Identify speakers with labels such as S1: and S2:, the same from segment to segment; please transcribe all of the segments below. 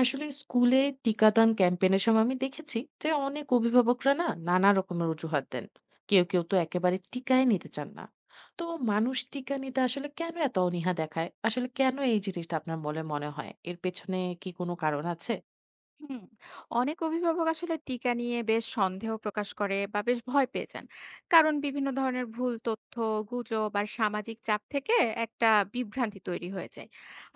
S1: আসলে স্কুলে টিকাদান ক্যাম্পেইনের সময় আমি দেখেছি যে অনেক অভিভাবকরা না নানা রকমের অজুহাত দেন। কেউ কেউ তো একেবারে টিকাই নিতে চান না। তো মানুষ টিকা নিতে আসলে কেন এত অনীহা দেখায়, আসলে কেন এই জিনিসটা আপনার বলে মনে হয়? এর পেছনে কি কোনো কারণ আছে?
S2: হুম। অনেক অভিভাবক আসলে টিকা নিয়ে বেশ সন্দেহ প্রকাশ করে বা বেশ ভয় পেয়ে যান। কারণ বিভিন্ন ধরনের ভুল তথ্য, গুজব আর সামাজিক চাপ থেকে একটা বিভ্রান্তি তৈরি হয়ে যায়।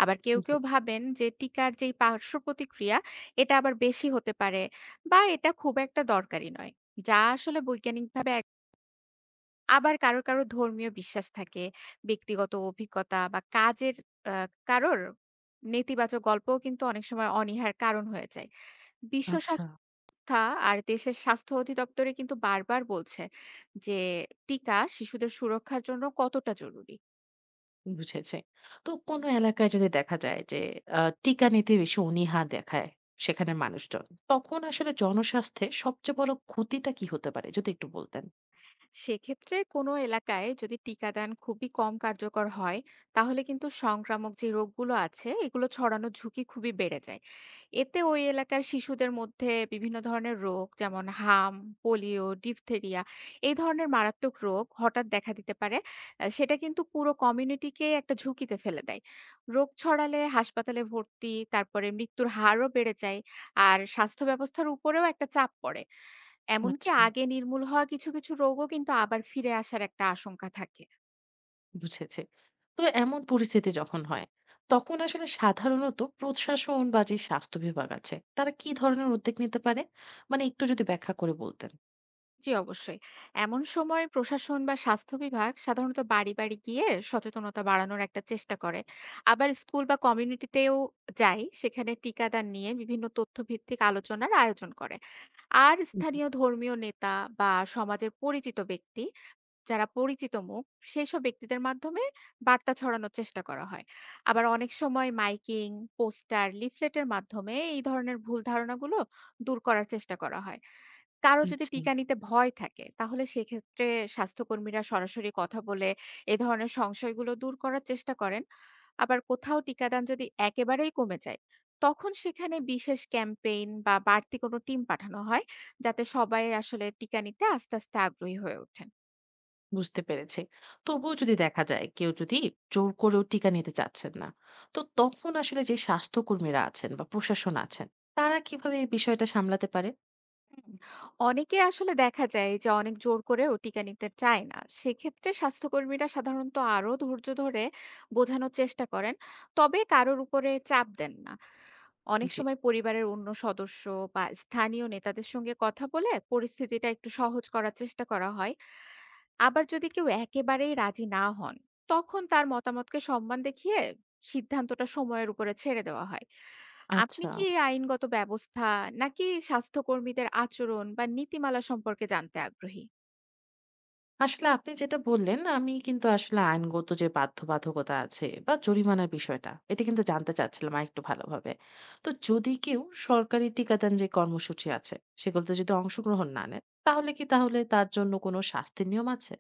S2: আবার কেউ
S1: জি।
S2: কেউ ভাবেন যে টিকার যেই পার্শ্ব প্রতিক্রিয়া, এটা আবার বেশি হতে পারে বা এটা খুব একটা দরকারি নয়, যা আসলে বৈজ্ঞানিকভাবে আবার কারোর কারোর ধর্মীয় বিশ্বাস থাকে, ব্যক্তিগত অভিজ্ঞতা বা কাজের কারোর নেতিবাচক গল্পও কিন্তু অনেক সময় অনীহার কারণ হয়ে যায়। বিশ্ব
S1: আচ্ছা।
S2: তা আর দেশের স্বাস্থ্য অধিদপ্তরে কিন্তু বারবার বলছে যে টিকা শিশুদের সুরক্ষার জন্য কতটা জরুরি।
S1: বুঝেছে। তো কোনো এলাকায় যদি দেখা যায় যে টিকা নিতে বেশি অনীহা দেখায় সেখানে মানুষজন, তখন আসলে জনস্বাস্থ্যে সবচেয়ে বড় ক্ষতিটা কি হতে পারে যদি একটু বলতেন।
S2: সেক্ষেত্রে কোনো এলাকায় যদি টিকাদান খুবই কম কার্যকর হয়, তাহলে কিন্তু সংক্রামক যে রোগগুলো আছে এগুলো ছড়ানোর ঝুঁকি খুবই বেড়ে যায়। এতে ওই এলাকার শিশুদের মধ্যে বিভিন্ন ধরনের রোগ যেমন হাম, পোলিও, ডিপথেরিয়া এই ধরনের মারাত্মক রোগ হঠাৎ দেখা দিতে পারে। সেটা কিন্তু পুরো কমিউনিটিকে একটা ঝুঁকিতে ফেলে দেয়। রোগ ছড়ালে হাসপাতালে ভর্তি, তারপরে মৃত্যুর হারও বেড়ে যায়, আর স্বাস্থ্য ব্যবস্থার উপরেও একটা চাপ পড়ে। এমনকি
S1: আচ্ছা,
S2: আগে নির্মূল হওয়া কিছু কিছু রোগও কিন্তু আবার ফিরে আসার একটা আশঙ্কা থাকে।
S1: বুঝেছি। তো এমন পরিস্থিতি যখন হয়, তখন আসলে সাধারণত প্রশাসন বা যে স্বাস্থ্য বিভাগ আছে, তারা কি ধরনের উদ্যোগ নিতে পারে? মানে একটু যদি ব্যাখ্যা করে বলতেন।
S2: জি, অবশ্যই। এমন সময় প্রশাসন বা স্বাস্থ্য বিভাগ সাধারণত বাড়ি, বাড়ি গিয়ে সচেতনতা বাড়ানোর একটা চেষ্টা করে। আবার স্কুল বা কমিউনিটিতেও যায়। সেখানে টিকাদান নিয়ে বিভিন্ন তথ্যভিত্তিক আলোচনার আয়োজন করে। আর
S1: জি।
S2: স্থানীয় ধর্মীয় নেতা বা সমাজের পরিচিত ব্যক্তি, যারা পরিচিত মুখ, সেসব ব্যক্তিদের মাধ্যমে বার্তা ছড়ানোর চেষ্টা করা হয়। আবার অনেক সময় মাইকিং, পোস্টার, লিফলেটের মাধ্যমে এই ধরনের ভুল ধারণাগুলো দূর করার চেষ্টা করা হয়। কারো যদি
S1: আচ্ছা।
S2: টিকা নিতে ভয় থাকে তাহলে সেক্ষেত্রে স্বাস্থ্যকর্মীরা সরাসরি কথা বলে এ ধরনের সংশয়গুলো দূর করার চেষ্টা করেন। আবার কোথাও টিকাদান যদি একেবারেই কমে যায়, তখন সেখানে বিশেষ ক্যাম্পেইন বা বাড়তি কোনো টিম পাঠানো হয়, যাতে সবাই আসলে টিকা নিতে আস্তে আস্তে আগ্রহী হয়ে ওঠেন।
S1: বুঝতে পেরেছি। তবুও যদি দেখা যায় কেউ যদি জোর করেও টিকা নিতে চাচ্ছেন না, তো তখন আসলে যে স্বাস্থ্যকর্মীরা আছেন বা প্রশাসন আছেন, তারা কিভাবে এই বিষয়টা সামলাতে পারে?
S2: অনেকে আসলে দেখা যায় যে অনেক জোর করেও টিকা নিতে চায় না, সেক্ষেত্রে স্বাস্থ্যকর্মীরা সাধারণত আরো ধৈর্য ধরে বোঝানোর চেষ্টা করেন, তবে কারোর উপরে চাপ দেন না। অনেক
S1: জি।
S2: সময় পরিবারের অন্য সদস্য বা স্থানীয় নেতাদের সঙ্গে কথা বলে পরিস্থিতিটা একটু সহজ করার চেষ্টা করা হয়। আবার যদি কেউ একেবারেই রাজি না হন, তখন তার মতামতকে সম্মান দেখিয়ে সিদ্ধান্তটা সময়ের উপরে ছেড়ে দেওয়া হয়। আপনি
S1: আচ্ছা।
S2: কি আইনগত ব্যবস্থা নাকি স্বাস্থ্যকর্মীদের আচরণ বা নীতিমালা সম্পর্কে জানতে আগ্রহী?
S1: আসলে আপনি যেটা বললেন, আমি কিন্তু আসলে আইনগত যে বাধ্যবাধকতা আছে বা জরিমানার বিষয়টা, এটা কিন্তু জানতে চাচ্ছিলাম আরেকটু ভালোভাবে। তো যদি কেউ সরকারি টিকাদান যে কর্মসূচি আছে, সেগুলোতে যদি অংশগ্রহণ না নেন, তাহলে কি তাহলে তার জন্য কোনো শাস্তির নিয়ম আছে?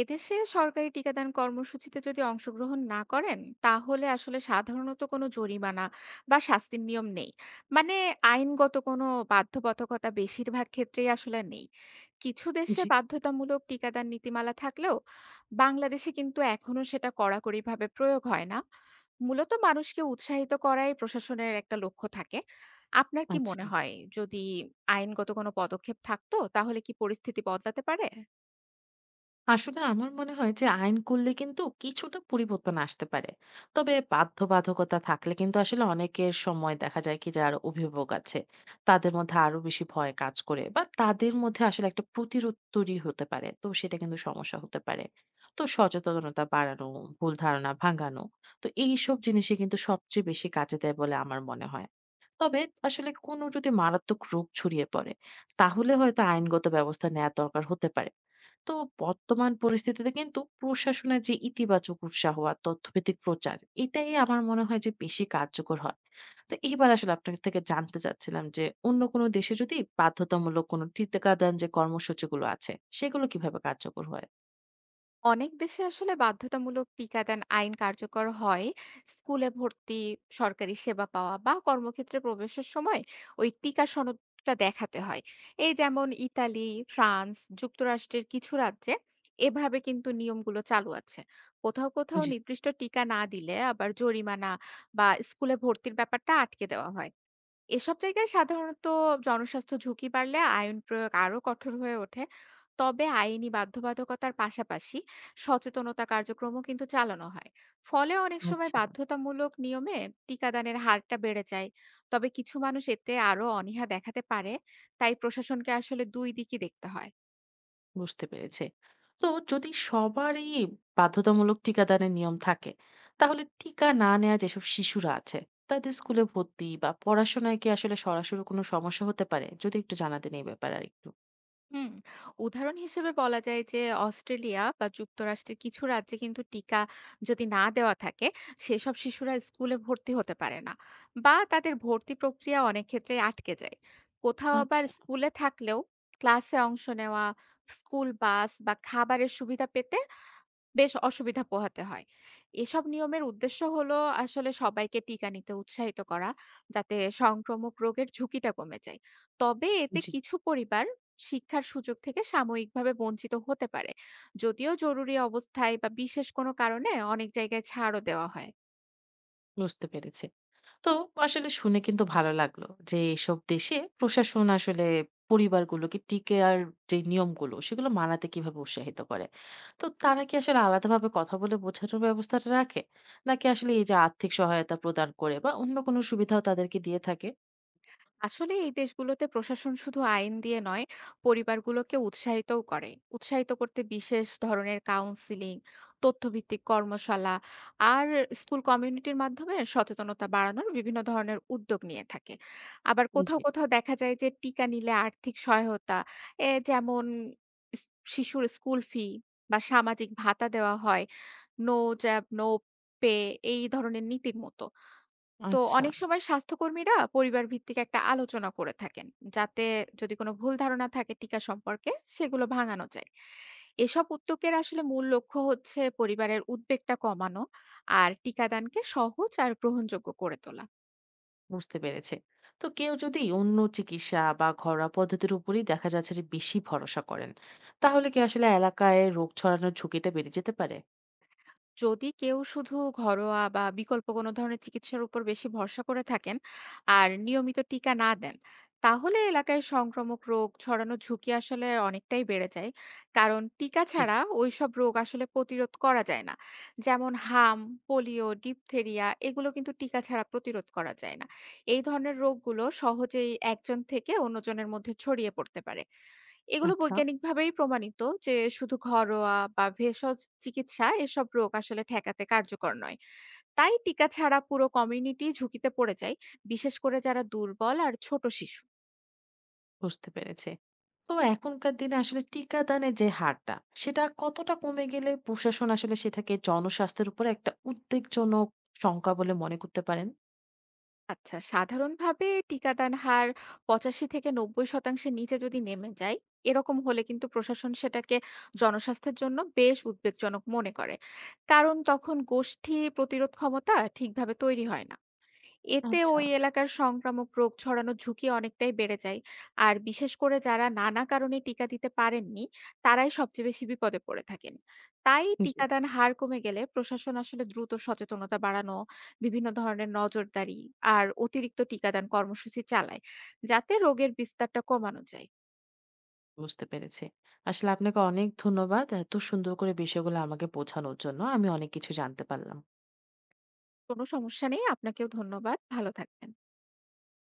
S2: এদেশে সরকারি টিকাদান কর্মসূচিতে যদি অংশগ্রহণ না করেন তাহলে আসলে সাধারণত কোনো জরিমানা বা শাস্তির নিয়ম নেই। মানে আইনগত কোনো বাধ্যবাধকতা বেশিরভাগ ক্ষেত্রেই আসলে নেই। কিছু দেশে
S1: জি।
S2: বাধ্যতামূলক টিকাদান নীতিমালা থাকলেও বাংলাদেশে কিন্তু এখনো সেটা কড়াকড়িভাবে প্রয়োগ হয় না। মূলত মানুষকে উৎসাহিত করাই প্রশাসনের একটা লক্ষ্য থাকে। আপনার কি
S1: আচ্ছা।
S2: মনে হয় যদি আইনগত কোনো পদক্ষেপ থাকতো তাহলে কি পরিস্থিতি বদলাতে পারে?
S1: আসলে আমার মনে হয় যে আইন করলে কিন্তু কিছুটা পরিবর্তন আসতে পারে। তবে বাধ্যবাধকতা থাকলে কিন্তু আসলে অনেকের সময় দেখা যায় কি, যারা অভিভাবক আছে তাদের মধ্যে আরো বেশি ভয় কাজ করে, বা তাদের মধ্যে আসলে একটা প্রতিরোধ তৈরি হতে পারে, তো সেটা কিন্তু সমস্যা হতে পারে। তো সচেতনতা বাড়ানো, ভুল ধারণা ভাঙানো, তো এইসব জিনিসই কিন্তু সবচেয়ে বেশি কাজে দেয় বলে আমার মনে হয়। তবে আসলে কোনো যদি মারাত্মক রোগ ছড়িয়ে পড়ে, তাহলে হয়তো আইনগত ব্যবস্থা নেওয়া দরকার হতে পারে। তো বর্তমান পরিস্থিতিতে কিন্তু প্রশাসনের যে ইতিবাচক উৎসাহ আর তথ্যভিত্তিক প্রচার, এটাই আমার মনে হয় যে বেশি কার্যকর হয়। তো এইবার আসলে আপনার থেকে জানতে চাচ্ছিলাম যে অন্য কোনো দেশে যদি বাধ্যতামূলক কোনো টিকাদান যে কর্মসূচিগুলো আছে, সেগুলো কিভাবে কার্যকর হয়।
S2: অনেক দেশে আসলে বাধ্যতামূলক টিকাদান আইন কার্যকর হয়। স্কুলে ভর্তি, সরকারি সেবা পাওয়া বা কর্মক্ষেত্রে প্রবেশের সময় ওই টিকা সনদটা দেখাতে হয়। এই যেমন ইতালি, ফ্রান্স, যুক্তরাষ্ট্রের কিছু রাজ্যে এভাবে কিন্তু নিয়মগুলো চালু আছে। কোথাও কোথাও
S1: জি।
S2: নির্দিষ্ট টিকা না দিলে আবার জরিমানা বা স্কুলে ভর্তির ব্যাপারটা আটকে দেওয়া হয়। এসব জায়গায় সাধারণত জনস্বাস্থ্য ঝুঁকি বাড়লে আইন প্রয়োগ আরো কঠোর হয়ে ওঠে। তবে আইনি বাধ্যবাধকতার পাশাপাশি সচেতনতা কার্যক্রমও কিন্তু চালানো হয়। ফলে অনেক সময়
S1: আচ্ছা।
S2: বাধ্যতামূলক নিয়মে টিকাদানের হারটা বেড়ে যায়। তবে কিছু মানুষ এতে আরো অনীহা দেখাতে পারে। তাই প্রশাসনকে আসলে দুই দিকই দেখতে হয়।
S1: বুঝতে পেরেছে। তো যদি সবারই বাধ্যতামূলক টিকাদানের নিয়ম থাকে, তাহলে টিকা না নেওয়া যেসব শিশুরা আছে তাদের স্কুলে ভর্তি বা পড়াশোনায় কি আসলে সরাসরি কোনো সমস্যা হতে পারে, যদি একটু জানাতেন এই ব্যাপারে আর একটু।
S2: হুম, উদাহরণ হিসেবে বলা যায় যে অস্ট্রেলিয়া বা যুক্তরাষ্ট্রের কিছু রাজ্যে কিন্তু টিকা যদি না দেওয়া থাকে, সেসব শিশুরা স্কুলে ভর্তি হতে পারে না বা তাদের ভর্তি প্রক্রিয়া অনেক ক্ষেত্রে আটকে যায়। কোথাও আবার
S1: আচ্ছা।
S2: স্কুলে থাকলেও ক্লাসে অংশ নেওয়া, স্কুল বাস বা খাবারের সুবিধা পেতে বেশ অসুবিধা পোহাতে হয়। এসব নিয়মের উদ্দেশ্য হলো আসলে সবাইকে টিকা নিতে উৎসাহিত করা, যাতে সংক্রামক রোগের ঝুঁকিটা কমে যায়। তবে এতে
S1: জি।
S2: কিছু পরিবার শিক্ষার সুযোগ থেকে সাময়িকভাবে বঞ্চিত হতে পারে। যদিও জরুরি অবস্থায় বা বিশেষ কোনো কারণে অনেক জায়গায় ছাড়ও দেওয়া হয়।
S1: বুঝতে পেরেছে। তো আসলে শুনে কিন্তু ভালো লাগলো যে এসব দেশে প্রশাসন আসলে পরিবারগুলোকে টিকে আর যে নিয়মগুলো সেগুলো মানাতে কিভাবে উৎসাহিত করে। তো তারা কি আসলে আলাদাভাবে কথা বলে বোঝানোর ব্যবস্থাটা রাখে, নাকি আসলে এই যে আর্থিক সহায়তা প্রদান করে বা অন্য কোনো সুবিধাও তাদেরকে দিয়ে থাকে?
S2: আসলে এই দেশগুলোতে প্রশাসন শুধু আইন দিয়ে নয়, পরিবারগুলোকে উৎসাহিতও করে। উৎসাহিত করতে বিশেষ ধরনের কাউন্সিলিং, তথ্যভিত্তিক কর্মশালা আর স্কুল কমিউনিটির মাধ্যমে সচেতনতা বাড়ানোর বিভিন্ন ধরনের উদ্যোগ নিয়ে থাকে। আবার কোথাও
S1: জি।
S2: কোথাও দেখা যায় যে টিকা নিলে আর্থিক সহায়তা, এ যেমন শিশুর স্কুল ফি বা সামাজিক ভাতা দেওয়া হয়, নো জ্যাব নো পে এই ধরনের নীতির মতো। তো
S1: আচ্ছা।
S2: অনেক সময় স্বাস্থ্যকর্মীরা পরিবার ভিত্তিক একটা আলোচনা করে থাকেন, যাতে যদি কোনো ভুল ধারণা থাকে টিকা সম্পর্কে সেগুলো ভাঙানো যায়। এসব উদ্যোগের আসলে মূল লক্ষ্য হচ্ছে পরিবারের উদ্বেগটা কমানো আর টিকাদানকে সহজ আর গ্রহণযোগ্য করে তোলা।
S1: বুঝতে পেরেছে। তো কেউ যদি অন্য চিকিৎসা বা ঘরোয়া পদ্ধতির উপরই দেখা যাচ্ছে যে বেশি ভরসা করেন, তাহলে কি আসলে এলাকায় রোগ ছড়ানোর ঝুঁকিটা বেড়ে যেতে পারে?
S2: যদি কেউ শুধু ঘরোয়া বা বিকল্প কোনো ধরনের চিকিৎসার উপর বেশি ভরসা করে থাকেন আর নিয়মিত টিকা না দেন, তাহলে এলাকায় সংক্রামক রোগ ছড়ানোর ঝুঁকি আসলে অনেকটাই বেড়ে যায়। কারণ টিকা
S1: জি।
S2: ছাড়া ওইসব রোগ আসলে প্রতিরোধ করা যায় না। যেমন হাম, পোলিও, ডিপথেরিয়া এগুলো কিন্তু টিকা ছাড়া প্রতিরোধ করা যায় না। এই ধরনের রোগগুলো সহজেই একজন থেকে অন্যজনের মধ্যে ছড়িয়ে পড়তে পারে। এগুলো
S1: আচ্ছা।
S2: বৈজ্ঞানিকভাবেই প্রমাণিত যে শুধু ঘরোয়া বা ভেষজ চিকিৎসা এসব রোগ আসলে ঠেকাতে কার্যকর নয়। তাই টিকা ছাড়া পুরো কমিউনিটি ঝুঁকিতে পড়ে যায়, বিশেষ করে যারা দুর্বল আর ছোট শিশু।
S1: বুঝতে পেরেছি। তো এখনকার দিনে আসলে টিকাদানের যে হারটা, সেটা কতটা কমে গেলে প্রশাসন আসলে সেটাকে জনস্বাস্থ্যের উপরে একটা উদ্বেগজনক শঙ্কা বলে মনে করতে পারেন?
S2: আচ্ছা, সাধারণভাবে টিকাদান হার পঁচাশি থেকে নব্বই শতাংশের নিচে যদি নেমে যায়, এরকম হলে কিন্তু প্রশাসন সেটাকে জনস্বাস্থ্যের জন্য বেশ উদ্বেগজনক মনে করে। কারণ তখন গোষ্ঠী প্রতিরোধ ক্ষমতা ঠিকভাবে তৈরি হয় না। এতে
S1: আচ্ছা।
S2: ওই এলাকার সংক্রামক রোগ ছড়ানোর ঝুঁকি অনেকটাই বেড়ে যায়। আর বিশেষ করে যারা নানা কারণে টিকা দিতে পারেননি, তারাই সবচেয়ে বেশি বিপদে পড়ে থাকেন। তাই
S1: জি।
S2: টিকাদান হার কমে গেলে প্রশাসন আসলে দ্রুত সচেতনতা বাড়ানো, বিভিন্ন ধরনের নজরদারি আর অতিরিক্ত টিকাদান কর্মসূচি চালায়, যাতে রোগের বিস্তারটা কমানো যায়।
S1: বুঝতে পেরেছি। আসলে আপনাকে অনেক ধন্যবাদ এত সুন্দর করে বিষয়গুলো আমাকে বোঝানোর জন্য। আমি অনেক কিছু জানতে পারলাম।
S2: কোনো সমস্যা নেই। আপনাকেও ধন্যবাদ। ভালো থাকবেন।